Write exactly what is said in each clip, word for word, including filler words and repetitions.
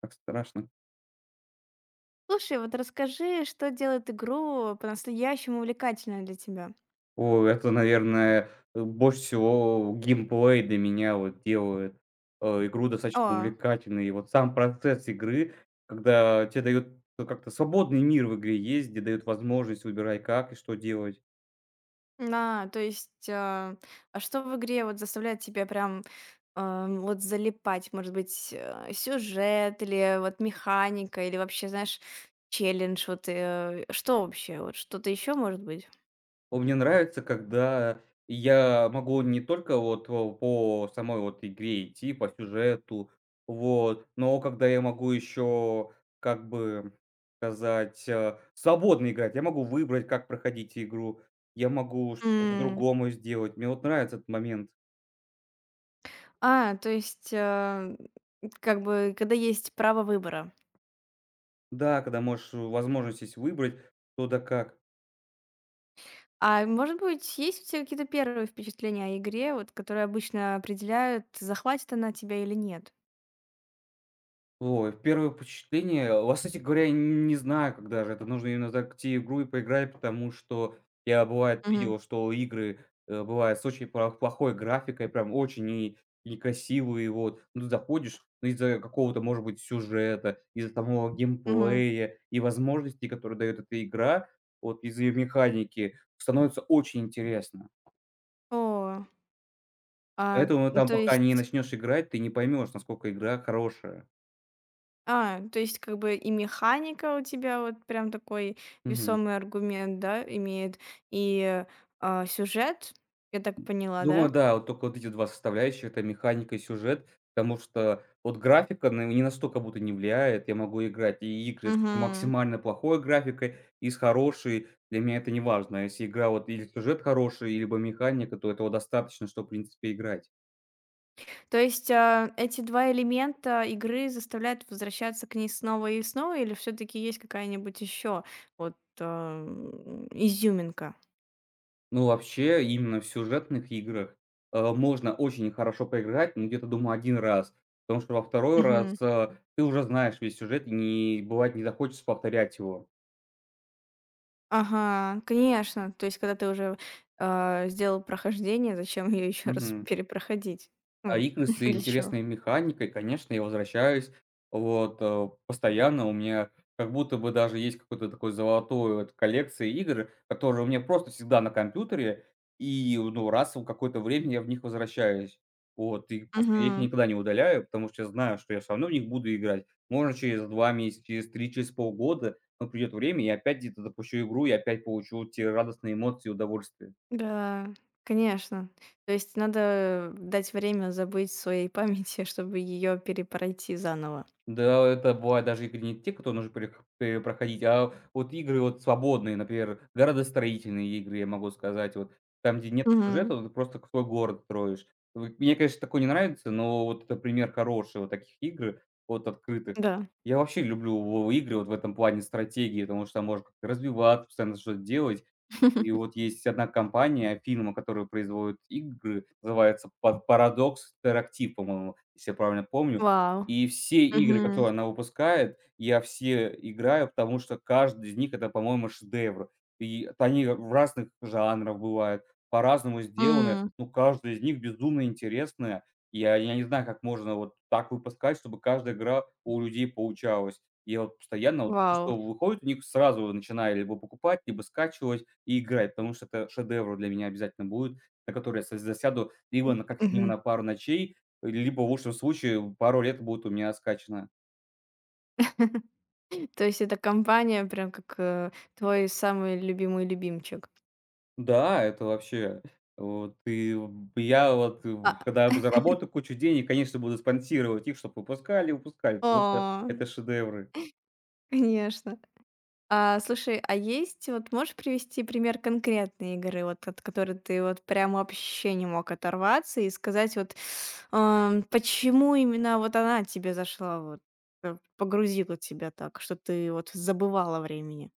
Так страшно. Слушай, вот расскажи, что делает игру по-настоящему увлекательной для тебя? О, это, наверное, э, больше всего геймплей для меня вот делает, э, игру достаточно О, увлекательной. И вот сам процесс игры, когда тебе дают, ну, как-то свободный мир в игре есть, где дают возможность выбирать как и что делать. на, то есть, а, а что в игре вот заставляет тебя прям ам, вот залипать? Может быть, э, сюжет или вот механика, или вообще, знаешь, челлендж, вот э, что вообще, вот что-то еще может быть? О, мне нравится, когда я могу не только вот, о, по самой вот игре идти, по сюжету, вот, но когда я могу еще, как бы сказать, э, свободно играть. Я могу выбрать, как проходить игру, я могу что-то М. по-другому сделать. Мне вот нравится этот момент. А, то есть, э, как бы, когда есть право выбора. Да, когда можешь э, возможность есть выбрать, что да как. А может быть, есть у тебя какие-то первые впечатления о игре, вот, которые обычно определяют, захватит она тебя или нет? Ой, первое впечатление, а, вот, кстати говоря, я не знаю, когда же это нужно именно зайти в игру и поиграть, потому что я, бывает, Мгм. видел, что игры, э, бывают с очень пла плохой графикой, прям очень и некрасивые, и вот. Ну, ты заходишь, ну, из-за какого-то, может быть, сюжета, из-за того Мгм. геймплея и возможностей, которые дает эта игра, вот из-за ее механики, становится очень интересно. О, а, Поэтому там, То пока не есть, начнешь играть, ты не поймешь, насколько игра хорошая. а, то есть как бы и механика у тебя вот прям такой весомый аргумент, да, имеет, и а, сюжет, я так поняла, да? Думаю, да, вот только вот эти два составляющих — это механика и сюжет, потому что вот графика на не настолько будто не влияет. Я могу играть и игры с Мгм. максимально плохой графикой, и с хорошей. Для меня это не важно. А Если игра вот или сюжет хороший, и либо механика, то этого достаточно, чтобы, в принципе, играть. То есть, а, эти два элемента игры заставляют возвращаться к ней снова и снова, или все таки есть какая-нибудь еще вот, а, м, изюминка? Ну, вообще, именно в сюжетных играх, э, можно очень хорошо поиграть, но где-то, думаю, один раз, потому что во второй Мгм. раз, э, ты уже знаешь весь сюжет, и не бывает, не захочется повторять его. Ага, конечно. То есть, когда ты уже, а, сделал прохождение, зачем ее еще раз Мгм. перепроходить? А Ну, игры с для чего? интересной механикой, конечно, я возвращаюсь. Вот, э, постоянно у меня как будто бы даже есть какой-то такой золотой вот коллекции игр, которые у меня просто всегда на компьютере, и, ну, раз в какое-то время я в них возвращаюсь. Вот, и просто я их Мгм. никогда не удаляю, потому что я знаю, что я все равно в них буду играть. Можно через два месяца, через три, через полгода, но придет время, я опять где-то запущу игру и опять получу те радостные эмоции и удовольствие. Да, конечно. То есть надо дать время забыть своей памяти, чтобы ее перепройти заново. Да, это бывает даже игры не те, которые нужно перех э, проходить, а вот игры вот свободные, например, градостроительные игры, я могу сказать, вот там, где нет Мгм. сюжета, вот ты просто свой город строишь. Вот мне, конечно, такое не нравится, но вот это пример хороший вот таких игр, вот открытых. Да. Я вообще люблю в игры вот в этом плане стратегии, потому что там можно как-то развиваться, постоянно что-то делать. И вот есть одна компания, фирма, которая производит игры, называется Па- Paradox Interactive, по-моему, если я правильно помню. Вау. И все игры, Мгм. которые она выпускает, я все играю, потому что каждый из них — это, по-моему, шедевр. И т Они в разных жанрах бывают, по-разному сделаны, М, но каждая из них безумно интересная. Я я не знаю, как можно вот так выпускать, чтобы каждая игра у людей получалась. Я вот постоянно вот всё, вау. что выходит у них, сразу вот начинаю либо покупать, либо скачивать и играть, потому что это шедевр для меня обязательно будет, на который я с засяду либо на как минимум Мгм. на пару ночей, либо, в лучшем случае, пару лет будет у меня скачано. То есть эта компания прям как, э, твой самый любимый любимчик. Да, это вообще вот. И я вот, в А когда заработаю кучу денег, конечно, буду спонсировать их, чтобы выпускали выпускали, потому что о, это шедевры. Конечно. А, слушай, а есть вот можешь привести пример конкретной игры, вот от которой ты вот прям вообще не мог оторваться и сказать вот, ам, почему именно вот она тебе зашла, вот, э, погрузила тебя так, что ты вот забывала времени?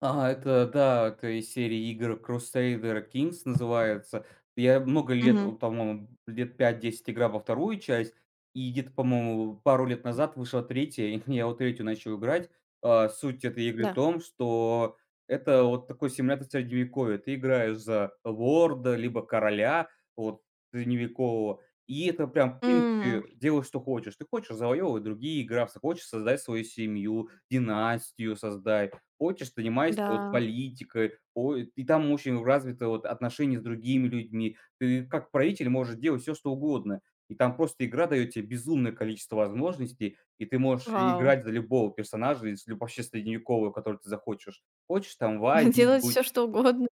Ага, это да, это из серии игр Crusader Kings называется. Я много лет, Мгм. о, по-моему, лет пять-десять играл во вторую часть, и где-то, по-моему, пару лет назад вышла третья, и я вот третью начал играть. А, суть этой игры в Да. том, что это вот такой симулятор средневековья. Ты играешь за лорда, либо короля, вот, средневекового. И это прям, в М, принципе, делай, что хочешь. Ты хочешь завоевывать другие графства, хочешь создать свою семью, династию создать. Хочешь, занимайся вот да, политикой, о и там очень развито вот отношения с другими людьми. Ты как правитель можешь делать все что угодно. И там просто игра дает тебе безумное количество возможностей, и ты можешь вау. играть за любого персонажа из люб вообще средневекового, которого ты захочешь. Хочешь, там в Азии Делать будь, все что угодно.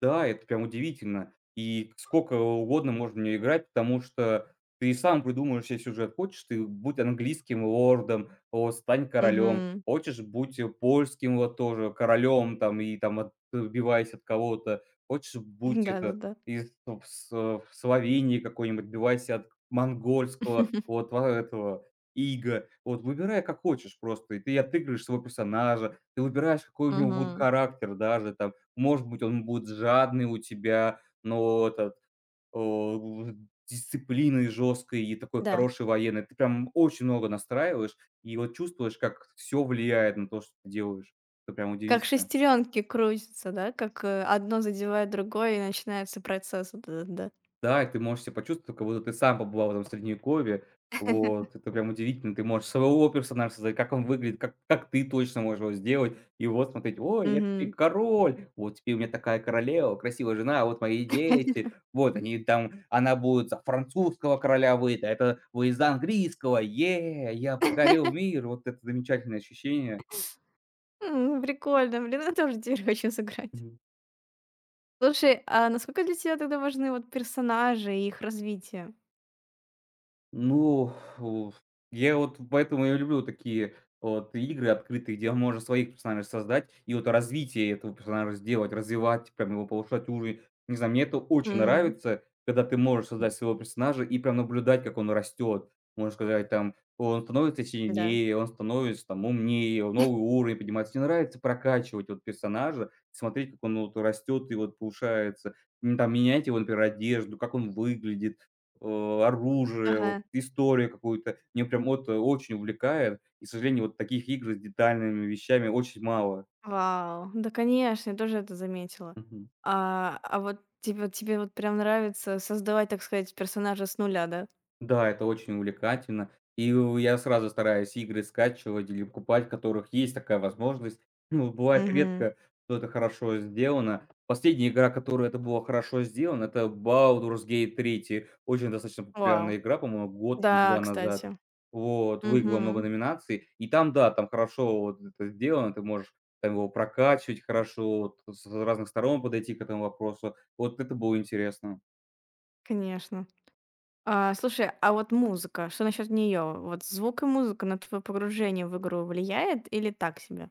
да, это прям удивительно. И сколько угодно можно в неё играть, потому что ты и сам придумаешь себе сюжет. Хочешь ты будь английским лордом, о, стань королем. Мгм. Хочешь, будь, э, польским вот тоже королем там и там отбивайся от кого-то. Хочешь, будь это Да-да-да. из в С э, в Словении какой-нибудь, отбивайся от монгольского вот во этого ига. Вот выбирай, как хочешь просто. И ты отыгрываешь своего персонажа, ты выбираешь, какой у него будет Мгм. характер даже там. Может быть, он будет жадный у тебя, но этот, о, в дисциплиной и такой Да. хороший военный. Ты прям очень много настраиваешь и вот чувствуешь, как все влияет на то, что ты делаешь. Это прям Как удивительно. шестеренки крутятся, да? Как, э, одно задевает другое, и начинается процесс вот этот, да. Да, и ты можешь себя почувствовать, как будто ты сам побывал в этом средневековье. Вот, это прям удивительно. Ты можешь своего персонажа создать, как он выглядит, как как ты точно можешь его сделать. И вот смотреть: "Ой, я теперь Мгм. король, вот теперь у меня такая королева, красивая жена, вот мои дети, вот они там, она будет за французского короля выйти, а это вы из английского, е, я покорил мир". Вот это замечательное ощущение. М, прикольно, блин, я тоже теперь хочу сыграть. Слушай, а насколько для тебя тогда важны вот персонажи и их развитие? Ну, у я вот поэтому и люблю такие вот игры открытые, где можно своих персонажей создать и вот развитие этого персонажа сделать, развивать, прям его повышать уровень. Не знаю, мне это очень М. нравится, когда ты можешь создать своего персонажа и прям наблюдать, как он растет. Можно сказать, там, он становится Да. сильнее, он становится там умнее, он новый уровень поднимается. Мне нравится прокачивать вот персонажа, смотреть, как он вот растет и вот повышается. М, там менять его, например, одежду, как он выглядит э, оружие, вот Ага. историю какую-то. Мне прям вот э, очень увлекает. И, к сожалению, вот таких игр с детальными вещами очень мало. Вау. Да, конечно, я тоже это заметила. Мгм. А, а вот тебе вот тебе вот прям нравится создавать, так сказать, персонажа с нуля, да? Да, это очень увлекательно. И у я сразу стараюсь игры скачивать или покупать, в которых есть такая возможность. Ну, бывает Угу. редко, что это хорошо сделано. Последняя игра, которая это было хорошо сделано, это Baldur's Gate три. Очень достаточно Вау. популярная игра, по-моему, год или Да, два назад. кстати. Вот, выиграла много Мгм. номинаций. И там, да, там хорошо вот это сделано, ты можешь там его прокачивать хорошо, вот с разных сторон подойти к этому вопросу. Вот это было интересно. Конечно. А, слушай, а вот музыка, что насчет нее? Вот звук и музыка на твое погружение в игру влияет или так себе?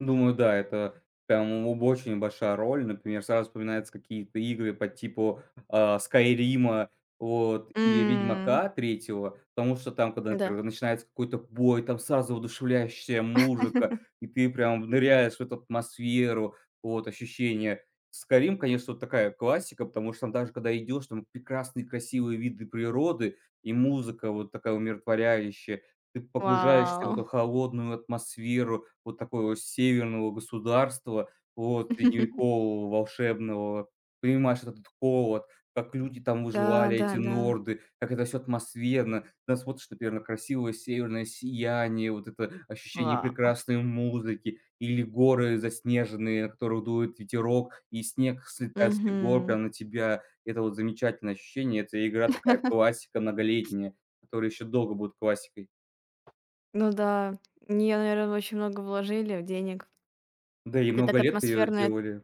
Думаю, да, это прям об очень большая роль. Например, сразу вспоминаются какие-то игры по типу, а, "Скайрима", вот, или М. "Ведьмака" третьего, потому что там, когда, Да. например, начинается какой-то бой, там сразу воодушевляющая музыка, и ты прям ныряешь в эту атмосферу, вот, ощущение. "Скайрим", конечно, вот такая классика, потому что там даже когда идешь, там прекрасные красивые виды природы и музыка вот такая умиротворяющая. Ты погружаешься в Вау. эту холодную атмосферу вот такого северного государства, вот средневекового, волшебного. Понимаешь этот холод, как люди там Да, выживали, да, эти да. норды, как это все атмосферно. Когда смотришь, например, на красивое северное сияние, вот это ощущение Вау. прекрасной музыки или горы заснеженные, на которых дует ветерок, и снег слетает с этих гор Мгм. прямо на тебя. Это вот замечательное ощущение. Это игра такая классика многолетняя, которая еще долго будет классикой. Ну да, нее, наверное, очень много вложили в денег. Да, и Ты много так лет ее атмосферная. делали.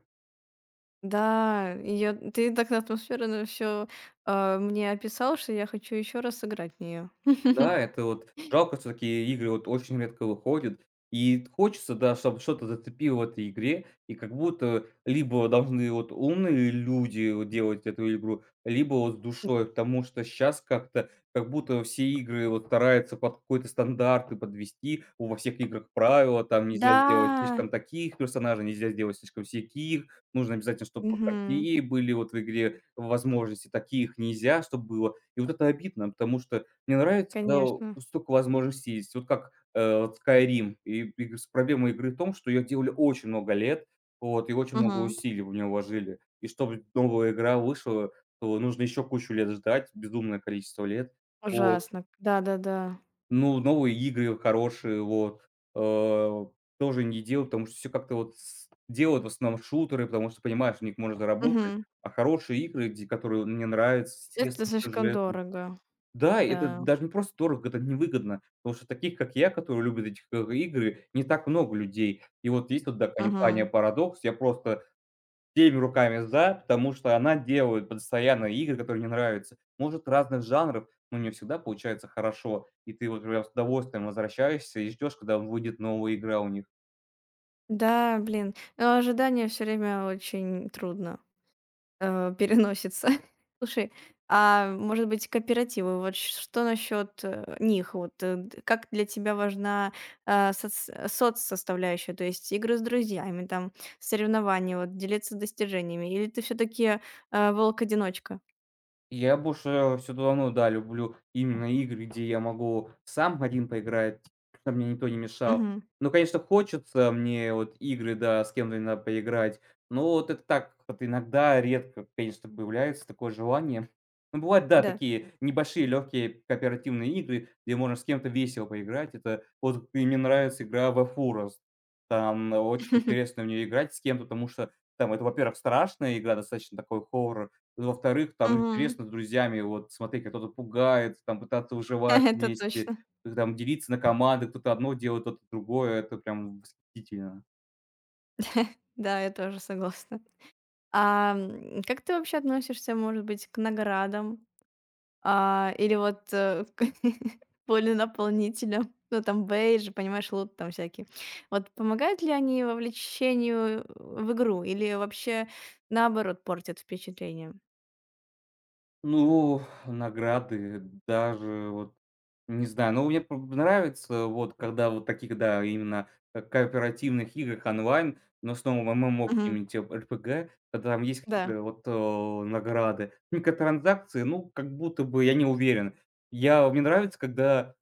Да, ее ты так атмосферно всё, а, мне описал, что я хочу еще раз сыграть в нее. Да, это вот жалко, что такие игры вот очень редко выходят. И хочется, да, чтобы что-то зацепило в этой игре. И как будто либо должны вот умные люди вот делать эту игру, либо вот с душой. Потому что сейчас как-то, как будто все игры вот стараются под какой-то стандарт и подвести. У во всех играх правила, там нельзя Да. сделать слишком таких персонажей, нельзя сделать слишком всяких. Нужно обязательно, чтобы вот Мгм. такие были вот в игре возможности, таких нельзя, чтобы было. И вот это обидно, потому что мне нравится, когда у Конечно. столько возможностей есть. Вот как, э, вот Skyrim. И и с Проблема игры в том, что ее делали очень много лет, вот, и очень много Мгм. усилий в неё вложили. И чтобы новая игра вышла, то нужно еще кучу лет ждать, безумное количество лет. Вот. Ужасно. Да-да-да. Ну, новые игры хорошие, вот, э, тоже не делают, потому что все как-то вот с делают в основном шутеры, потому что понимаешь, что них можно заработать. Мгм. А хорошие игры, где которые мне нравятся, с Это интересным слишком сюжетом дорого, да, и это да. даже не просто дорого, это невыгодно, потому что таких, как я, которые любят эти х игры, не так много людей. И вот есть вот, да, компания Мгм. "Парадокс", я просто всеми руками за, потому что она делает постоянно игры, которые мне нравятся. Может, разных жанров, но не всегда получается хорошо. И ты вот прям с удовольствием возвращаешься и ждешь, когда выйдет новая игра у. Да, блин, но ожидание все время очень трудно, э, переносится. Слушай, а может быть, кооперативы? Вот ш что насчет, э, них? Вот, э, д Как для тебя важна, а, соц э, соцсоставляющая, то есть игры с друзьями, там, соревнования, вот, делиться достижениями? Или ты все таки волк-одиночка? Я больше всё равно, да, люблю именно игры, где я могу сам один поиграть, чтобы мне никто не мешал. Ну, конечно, хочется мне вот игры, да, с кем-то надо поиграть, но вот это так вот иногда, редко, конечно, появляется такое желание. Ну, бывают, да, Да. такие небольшие легкие кооперативные игры, где можно с кем-то весело поиграть. Это вот и мне нравится игра "The Forest". Там очень интересно в нее играть с кем-то, потому что там это, во-первых, страшная игра, достаточно такой хоррор. Во-вторых, там Мгм. интересно с друзьями вот смотреть, как кто-то пугает, там пытаться выживать Это вместе, точно. как там делиться на команды, кто-то одно делает, кто-то другое. Это прям восхитительно. Да, я тоже согласна. А, м, как ты вообще относишься, может быть, к наградам? А, или вот, э, к воленаполнителям? Ну, там, бейджи, понимаешь, лут там всякий. Вот помогают ли они вовлечению в игру или вообще, наоборот, портят впечатление? Ну, награды даже вот не знаю, но мне п нравится вот, когда вот таких, да, именно э, кооперативных играх онлайн, но снова ММО Мгм. какие-нибудь, типа РПГ, когда там есть Да. какие-то вот, э, награды. Микротранзакции, ну, как будто бы я не уверен. Я Мне нравится, когда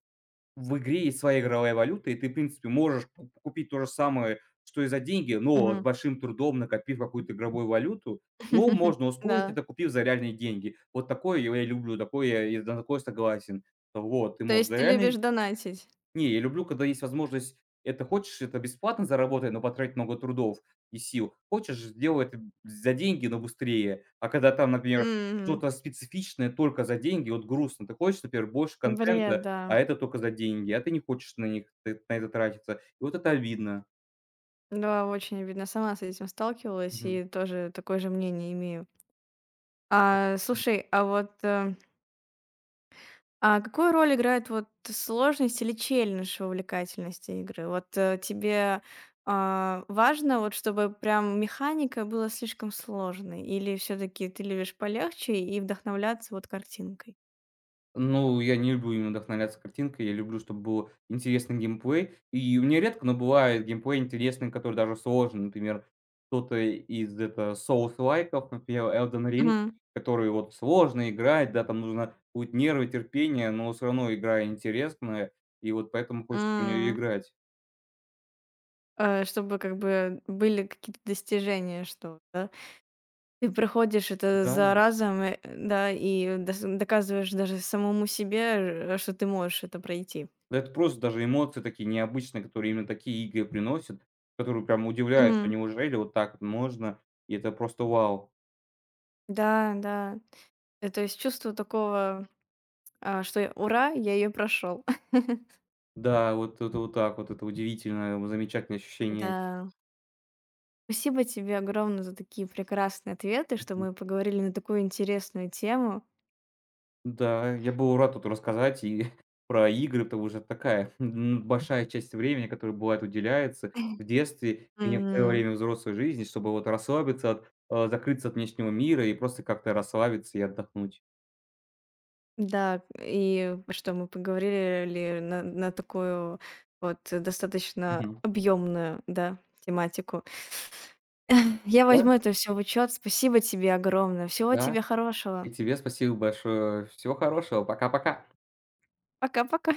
в игре есть своя игровая валюта, и ты, в принципе, можешь ку купить то же самое, что и за деньги, но с Мгм. большим трудом накопив какую-то игровую валюту. Но можно ускорить Да. это, купив за реальные деньги. Вот такое я я люблю, такое я и на такое согласен. Вот, ты То можешь есть за ты любишь реальные донатить? не, я люблю, когда есть возможность это хочешь — это бесплатно заработай, но потратить много трудов и сил. Хочешь — сделай это за деньги, но быстрее. А когда там, например, М. что-то специфичное только за деньги, вот грустно. Ты хочешь, например, больше Бред, контента, да. а это только за деньги, а ты не хочешь на них, ты на это тратиться. И вот это обидно. Да, очень обидно. Сама с этим сталкивалась Мгм. и тоже такое же мнение имею. А, слушай, а вот э, а какую роль играет вот сложность или челлендж в увлекательности игры? Вот э, тебе а, важно, вот чтобы прям механика была слишком сложной, или все-таки ты любишь полегче и вдохновляться вот картинкой? Ну, я не люблю именно вдохновляться картинкой, я люблю, чтобы был интересный геймплей. И мне редко, но бывает геймплей интересный, который даже сложен, например, кто-то из это соус-лайков, например, Elden Ring, Мгм. который вот сложно играть, да, там нужно будет нервы, терпение, но все равно игра интересная, и вот поэтому хочется в нее М. играть. Э, чтобы как бы были какие-то достижения, что, да? Ты проходишь это Да, за разом, э, да, и дос доказываешь даже самому себе, э, что ты можешь это пройти. да это просто даже эмоции такие необычные, которые именно такие игры приносят, которые прям удивляют, что Мгм. неужели вот так вот можно? И это просто вау! Да, да. Э, то есть чувство такого, а, что я: "Ура, я ее прошел!" Да, вот это вот так вот, это удивительное, м, замечательное ощущение. Да. Спасибо тебе огромное за такие прекрасные ответы, что Мгм. мы поговорили на такую интересную тему. Да, я был рад тут рассказать и про игры, потому что это такая н большая часть времени, которая бывает уделяется в детстве и некоторое Мгм. время взрослой жизни, чтобы вот расслабиться от, э, закрыться от внешнего мира и просто как-то расслабиться и отдохнуть. Да, и что мы поговорили ли на на такую вот достаточно Мгм. объемную, да, тематику. Я Да, возьму это все в учет. Спасибо тебе огромное. Всего да, тебе хорошего. и тебе спасибо большое. Всего хорошего. Пока-пока. Пока-пока.